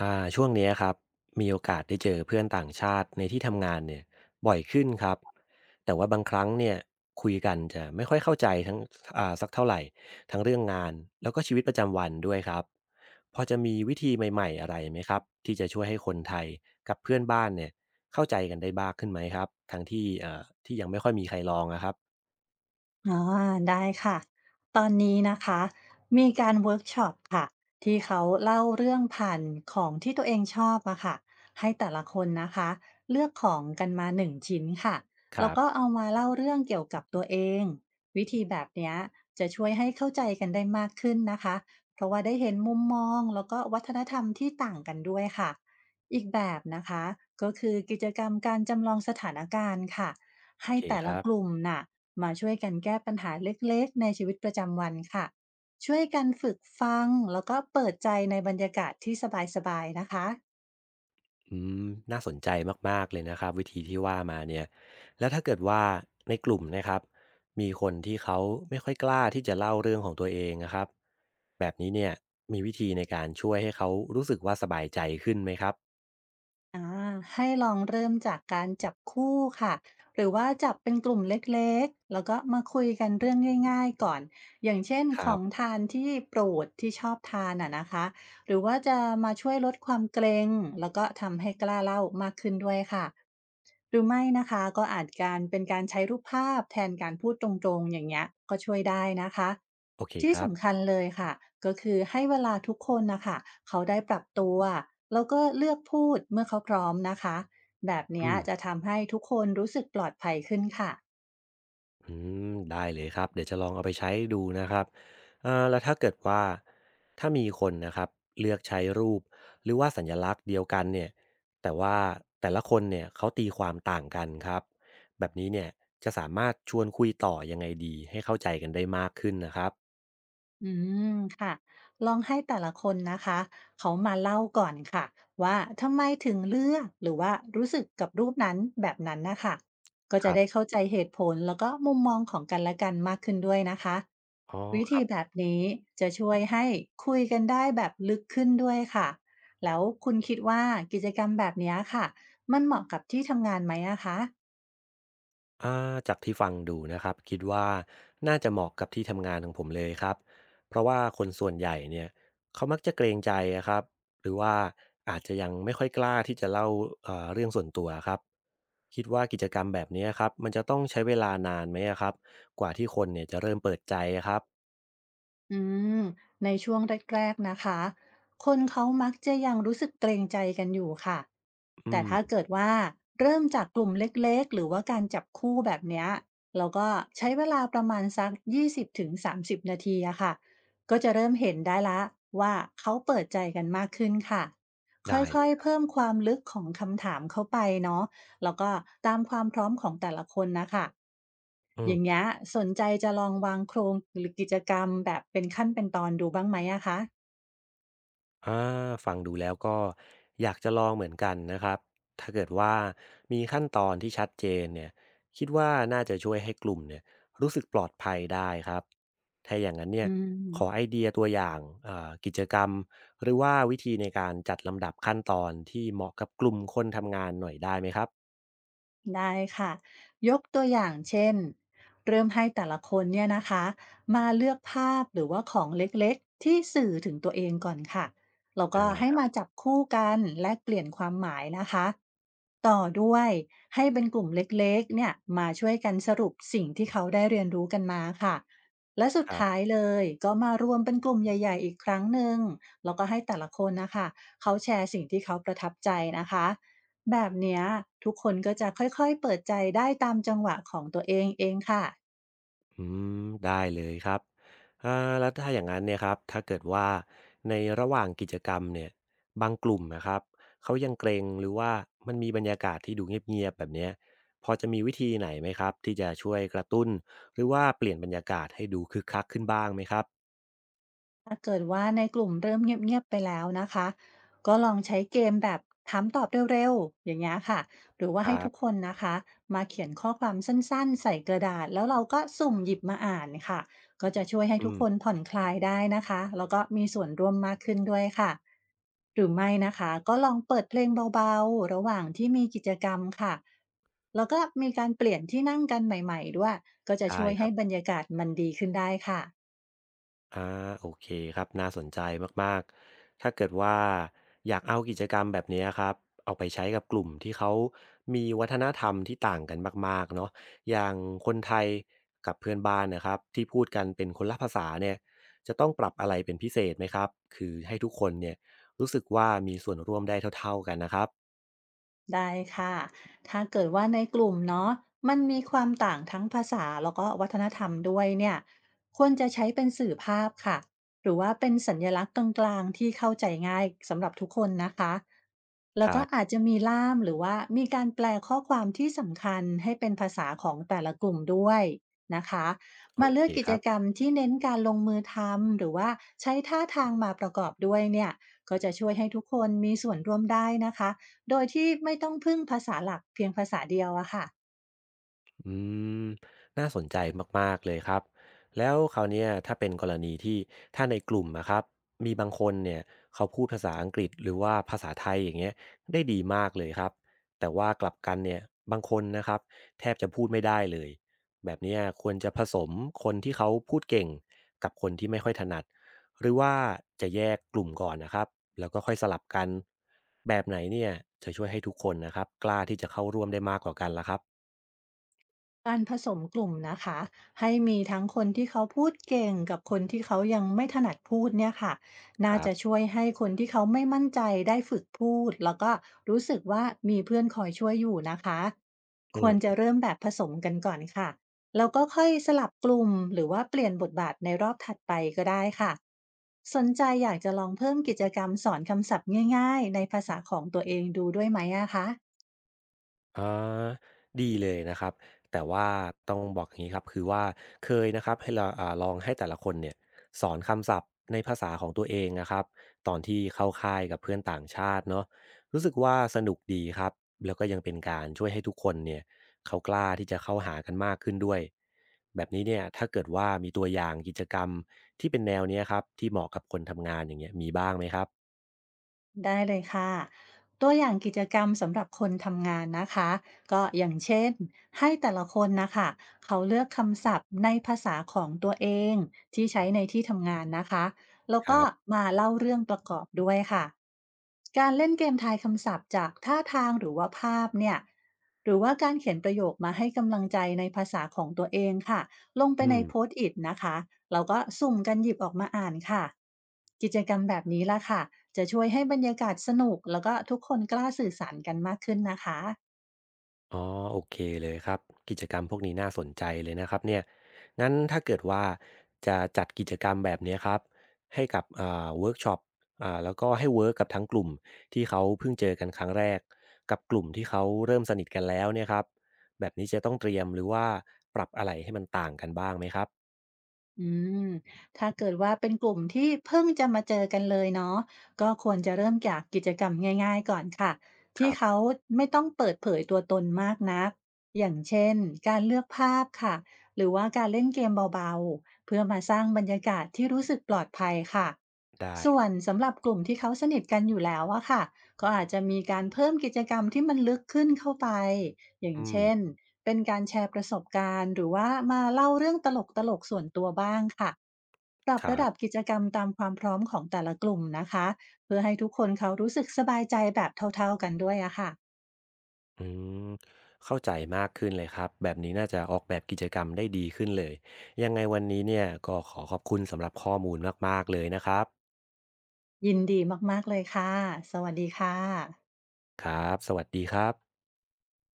ช่วงเนี้ยครับมีโอกาสได้เจอเพื่อนต่างชาติในที่ทำงานเนี่ยบ่อยขึ้นครับแต่ว่าบางครั้งเนี่ยคุยกันจะไม่ค่อยเข้าใจทั้งสักเท่าไหร่ทั้งเรื่องงานแล้วก็ชีวิตประจำวันด้วยครับพอจะมีวิธีใหม่ๆอะไรไหมครับที่จะช่วยให้คนไทยกับเพื่อนบ้านเนี่ยเข้าใจกันได้บ้างขึ้นไหมครับทั้งที่ที่ยังไม่ค่อยมีใครลองนะครับอ๋อได้ค่ะตอนนี้นะคะมีการเวิร์กช็อปค่ะที่เขาเล่าเรื่องผ่านของที่ตัวเองชอบอะค่ะให้แต่ละคนนะคะเลือกของกันมาหนึ่งชิ้นค่ะคแล้รัวก็บเอามาเล่าเรื่องเกี่ยวกับตัวเองวิธีแบบเนี้ยจะช่วยให้เข้าใจกันได้มากขึ้นนะคะเพราะว่าได้เห็นมุมมองแล้วก็วัฒนธรรมที่ต่างกันด้วยค่ะอีกแบบนะคะก็คือกิจกรรมการจำลองสถานการณ์ค่ะโอให้เคแต่คละรับ กลุ่มน่ะ มาช่วยกันแก้ปัญหาเล็กๆในชีวิตประจำวันค่ะช่วยกันฝึกฟังแล้วก็เปิดใจในบรรยากาศที่สบายๆนะคะ อืมน่าสนใจมากๆเลยนะครับวิธีที่ว่ามาเนี่ยแล้วถ้าเกิดว่าในกลุ่มนะครับมีคนที่เขาไม่ค่อยกล้าที่จะเล่าเรื่องของตัวเองนะครับแบบนี้เนี่ยมีวิธีในการช่วยให้เขารู้สึกว่าสบายใจขึ้นไหมครับอาให้ลองเริ่มจากการจับคู่ค่ะหรือว่าจับเป็นกลุ่มเล็กๆแล้วก็มาคุยกันเรื่องง่ายๆก่อนอย่างเช่นคขรัองบทานที่โปรดที่ชอบทานอะนะคะหรือว่าจะมาช่วยลดความเกรงแล้วก็ทำให้กล้าเล่ามากขึ้นด้วยค่ะหรือไม่นะคะก็อาจการเป็นการใช้รูปภาพแทนการพูดตรงๆอย่างเงี้ยก็ช่วยได้นะคะ โอเคคที่รับสำคัญเลยค่ะก็คือให้เวลาทุกคนนะคะเขาได้ปรับตัวแล้วก็เลือกพูดเมื่อเขาพร้อมนะคะแบบอืเนี้ยม จะทำให้ทุกคนรู้สึกปลอดภัยขึ้นค่ะ อืมได้เลยครับเดี๋ยวจะลองเอาไปใช้ดูนะครับแล้วถ้าเกิดว่าถ้ามีคนนะครับเลือกใช้รูปหรือว่าสัญลักษณ์เดียวกันเนี่ยแต่ว่าแต่ละคนเนี่ยเขาตีความต่างกันครับแบบนี้เนี่ยจะสามารถชวนคุยต่อยังไงดีให้เข้าใจกันได้มากขึ้นนะครับอืมค่ะลองให้แต่ละคนนะคะเขามาเล่าก่อนค่ะว่าทำไมถึงเลือกหรือว่ารู้สึกกับรูปนั้นแบบนั้นนะคะก็คจะรัได้บเข้าใจเหตุผลแล้วก็มุมมองของกันและกันมากขึ้นด้วยนะคะอ๋อวิครัธีบ แบบนี้จะช่วยให้คุยกันได้แบบลึกขึ้นด้วยค่ะแล้วคุณคิดว่ากิจกรรมแบบเนี้ยค่ะมันเหมาะกับที่ทำงานไหมนะคะ อ่าจากที่ฟังดูนะครับคิดว่าน่าจะเหมาะกับที่ทำงานของผมเลยครับเพราะว่าคนส่วนใหญ่เนี่ยเขามักจะเกรงใจอะครับหรือว่าอาจจะยังไม่ค่อยกล้าที่จะเล่าเรื่องส่วนตัวะครับคิดว่ากิจกรรมแบบนี้ครับมันจะต้องใช้เวลานานไหมอะครับกว่าที่คนเนี่ยจะเริ่มเปิดใจอะครับอืมในช่วงแรกๆนะคะ คนเขามักจะยังรู้สึกเกรงใจกันอยู่ค่ะ อืแต่ถ้ามเกิดว่าเริ่มจากกลุ่มเล็กๆหรือว่าการจับคู่แบบเนี้ยแล้วก็ใช้เวลาประมาณสัก20ถึง30นาทีอะค่ะก็จะเริ่มเห็นได้ละว่าเขาเปิดใจกันมากขึ้นค่ะค่ได้เลอยยคๆรเพิ่มความลึกของคำถามเข้าไปเนาะแล้วก็ตามความพร้อมของแต่ละคนนะคะ อย่างับ เงี้ยสนใจจะลองวางโครงหรือกิจกรรมแบบเป็นขั้นเป็นตอนดูบ้างไหมอะคะอาฟังดูแล้วก็อยากจะลองเหมือนกันนะครับถ้าเกิดว่ามีขั้นตอนที่ชัดเจนเนี่ยคิดว่าน่าจะช่วยให้กลุ่มเนี่ยรู้สึกปลอดภัยได้ครับถ้าอย่างนั้นเนี่อืยขอไอม เดียตัวอย่างกิจกรรมหรือว่าวิธีในการจัดลำดับขั้นตอนที่เหมาะกับกลุ่มคนทำงานหน่อยได้ไหมครับได้ค่ะยกตัวอย่างเช่นเริ่มให้แต่ละคนเนี่ยนะคะมาเลือกภาพหรือว่าของเล็กๆที่สื่อถึงตัวเองก่อนค่ะแล้วก็ได้ให้มาจับคู่กันและเปลี่ยนความหมายนะคะต่อด้วยให้เป็นกลุ่มเล็กๆเนี่ยมาช่วยกันสรุปสิ่งที่เขาได้เรียนรู้กันมาค่ะและสุดครัท้ายบ เลยก็มารวมเป็นกลุ่มใหญ่ๆอีกครั้งหนึ่งแล้วก็ให้แต่ละคนนะคะเขาแชร์สิ่งที่เขาประทับใจนะคะ แบบเนี้ยทุกคนก็จะค่อยๆ เปิดใจได้ตามจังหวะของตัวเองเองค่ะ อืมได้เลยครับอ่าแล้วถ้าอย่างนั้นเนี่ยครับถ้าเกิดว่าในระหว่างกิจกรรมเนี่ยบางกลุ่มนะครับเขายังเกรงหรือว่ามันมีบรรยากาศที่ดูเงียบๆแบบเนี้ยพอจะมีวิธีไหนไหมครับที่จะช่วยกระตุ้นหรือว่าเปลี่ยนบรรยากาศให้ดูคึกคักขึ้นบ้างไหมครับถ้าเกิดว่าในกลุ่มเริ่มเงียบๆไปแล้วนะคะก็ลองใช้เกมแบบถามตอบเร็วๆอย่างเงี้ยค่ะหรือว่าคให้รัทุกคบนนะคะมาเขียนข้อความสั้นๆใส่กระดาษแล้วเราก็สุ่มหยิบมาอ่านค่ะก็จะช่วยให้อืทุกมคนผ่อนคลายได้นะคะแล้วก็มีส่วนร่วมมากขึ้นด้วยค่ะหรือไม่นะคะก็ลองเปิดเพลงเบาๆระหว่างที่มีกิจกรรมค่ะแล้วก็มีการเปลี่ยนที่นั่งกันใหม่ๆด้วยก็จะได้ช่วยคให้รับ บรรยากาศมันดีขึ้นได้ค่ะ อาโอเคครับน่าสนใจมากๆถ้าเกิดว่าอยากเอากิจกรรมแบบนี้ครับเอาไปใช้กับกลุ่มที่เขามีวัฒนธรรมที่ต่างกันมากๆเนาะอย่างคนไทยกับเพื่อนบ้านนะครับที่พูดกันเป็นคนละภาษาเนี่ยจะต้องปรับอะไรเป็นพิเศษไหมครับคือให้ทุกคนเนี่ยรู้สึกว่ามีส่วนร่วมได้เท่าๆกันนะครับได้ค่ะถ้าเกิดว่าในกลุ่มเนาะมันมีความต่างทั้งภาษาแล้วก็วัฒนธรรมด้วยเนี่ยควรจะใช้เป็นสื่อภาพค่ะหรือว่าเป็นสัญลักษณ์กลางๆที่เข้าใจง่ายสำหรับทุกคนนะคะแล้ควรัก็อาจบจะมีล่ามหรือว่ามีการแปลข้อความที่สำคัญให้เป็นภาษาของแต่ละกลุ่มด้วยนะคะโอมาเลืเคอกกิคจรับ กรรมที่เน้นการลงมือทำหรือว่าใช้ท่าทางมาประกอบด้วยเนี่ยก็จะช่วยให้ทุกคนมีส่วนร่วมได้นะคะ โดยที่ไม่ต้องพึ่งภาษาหลักเพียงภาษาเดียวอะค่ะอืมน่าสนใจมากๆเลยครับแล้วคราวเนี้ยถ้าเป็นกรณีที่ถ้าในกลุ่มนะครับมีบางคนเนี่ยเขาพูดภาษาอังกฤษหรือว่าภาษาไทยอย่างเงี้ยได้ดีมากเลยครับแต่ว่ากลับกันเนี่ยบางคนนะครับแทบจะพูดไม่ได้เลยแบบเนี้ยควรจะผสมคนที่เขาพูดเก่งกับคนที่ไม่ค่อยถนัดหรือว่าจะแยกกลุ่มก่อนนะครับแล้วก็ค่อยสลับกันแบบไหนเนี่ยจะช่วยให้ทุกคนนะครับกล้าที่จะเข้าร่วมได้มากกว่ากันล่ะครับการผสมกลุ่มนะคะให้มีทั้งคนที่เขาพูดเก่งกับคนที่เขายังไม่ถนัดพูดเนี่ยค่ะคน่ารับ จะช่วยให้คนที่เขาไม่มั่นใจได้ฝึกพูดแล้วก็รู้สึกว่ามีเพื่อนคอยช่วยอยู่นะคะควรจะเริ่มแบบผสมกันก่อนค่ะแล้วก็ค่อยสลับกลุ่มหรือว่าเปลี่ยนบทบาทในรอบถัดไปก็ได้ค่ะสนใจอยากจะลองเพิ่มกิจกรรมสอนคำศัพท์ง่ายๆในภาษาของตัวเองดูด้วยไหมอะคะ อ๋อดีเลยนะครับ แต่ว่าต้องบอกอย่างนี้ครับคือว่าเคยนะครับให้เราลองให้แต่ละคนเนี่ยสอนคำศัพท์ในภาษาของตัวเองนะครับตอนที่เข้าค่ายกับเพื่อนต่างชาติเนาะรู้สึกว่าสนุกดีครับแล้วก็ยังเป็นการช่วยให้ทุกคนเนี่ยเขากล้าที่จะเข้าหากันมากขึ้นด้วยแบบนี้เนี่ยถ้าเกิดว่ามีตัวอย่างกิจกรรมที่เป็นแนวเนี้ยครับที่เหมาะกับคนทำงานอย่างเงี้ยมีบ้างไหมครับได้เลยค่ะตัวอย่างกิจกรรมสำหรับคนทำงานนะคะก็อย่างเช่นให้แต่ละคนนะคะเขาเลือกคำศัพท์ในภาษาของตัวเองที่ใช้ในที่ทำงานนะคะแล้วคก็รับมาเล่าเรื่องประกอบด้วยค่ะการเล่นเกมทายคำศัพท์จากท่าทางหรือว่าภาพเนี่ยหรือว่าการเขียนประโยคมาให้กำลังใจในภาษาของตัวเองค่ะลงไปอืในม โพสต์อิทนะคะเราก็สุ่มกันหยิบออกมาอ่านค่ะกิจกรรมแบบนี้ละค่ะ จะช่วยให้บรรยากาศสนุกแล้วก็ทุกคนกล้าสื่อสารกันมากขึ้นนะคะอ๋อโอเคเลยครับกิจกรรมพวกนี้น่าสนใจเลยนะครับเนี่ยงั้นถ้าเกิดว่าจะจัดกิจกรรมแบบเนี้ยครับให้กับเวิร์กช็อปแล้วก็ให้เวิร์กกับทั้งกลุ่มที่เขาเพิ่งเจอกันครั้งแรกกับกลุ่มที่เขาเริ่มสนิทกันแล้วเนี่ยครับแบบนี้จะต้องเตรียมหรือว่าปรับอะไรให้มันต่างกันบ้างไหมครับอืมถ้าเกิดว่าเป็นกลุ่มที่เพิ่งจะมาเจอกันเลยเนาะก็ควรจะเริ่มจากกิจกรรมง่ายๆก่อนค่ะ คที่รัเขาบไม่ต้องเปิดเผยตัวตนมากนักอย่างเช่นการเลือกภาพค่ะหรือว่าการเล่นเกมเบาๆ เพื่อมาสร้างบรรยากาศที่รู้สึกปลอดภัยค่ะได้ส่วนสำหรับกลุ่มที่เขาสนิทกันอยู่แล้วอะค่ะก็อาจจะมีการเพิ่มกิจกรรมที่มันลึกขึ้นเข้าไป อย่างอืมเช่นเป็นการแชร์ประสบการณ์หรือว่ามาเล่าเรื่องตลกๆส่วนตัวบ้างค่ะปรับครัระดับบ กิจกรรมตามความพร้อมของแต่ละกลุ่มนะคะเพื่อให้ทุกคนเขารู้สึกสบายใจแบบเท่าๆกันด้วยอะค่ะอืมเข้าใจมากขึ้นเลยครับแบบนี้น่าจะออกแบบกิจกรรมได้ดีขึ้นเลยยังไงวันนี้เนี่ยก็ขอขอบคุณสำหรับข้อมูลมากๆเลยนะครับยินดีมากๆเลยค่ะสวัสดีค่ะครับสวัสดีครับ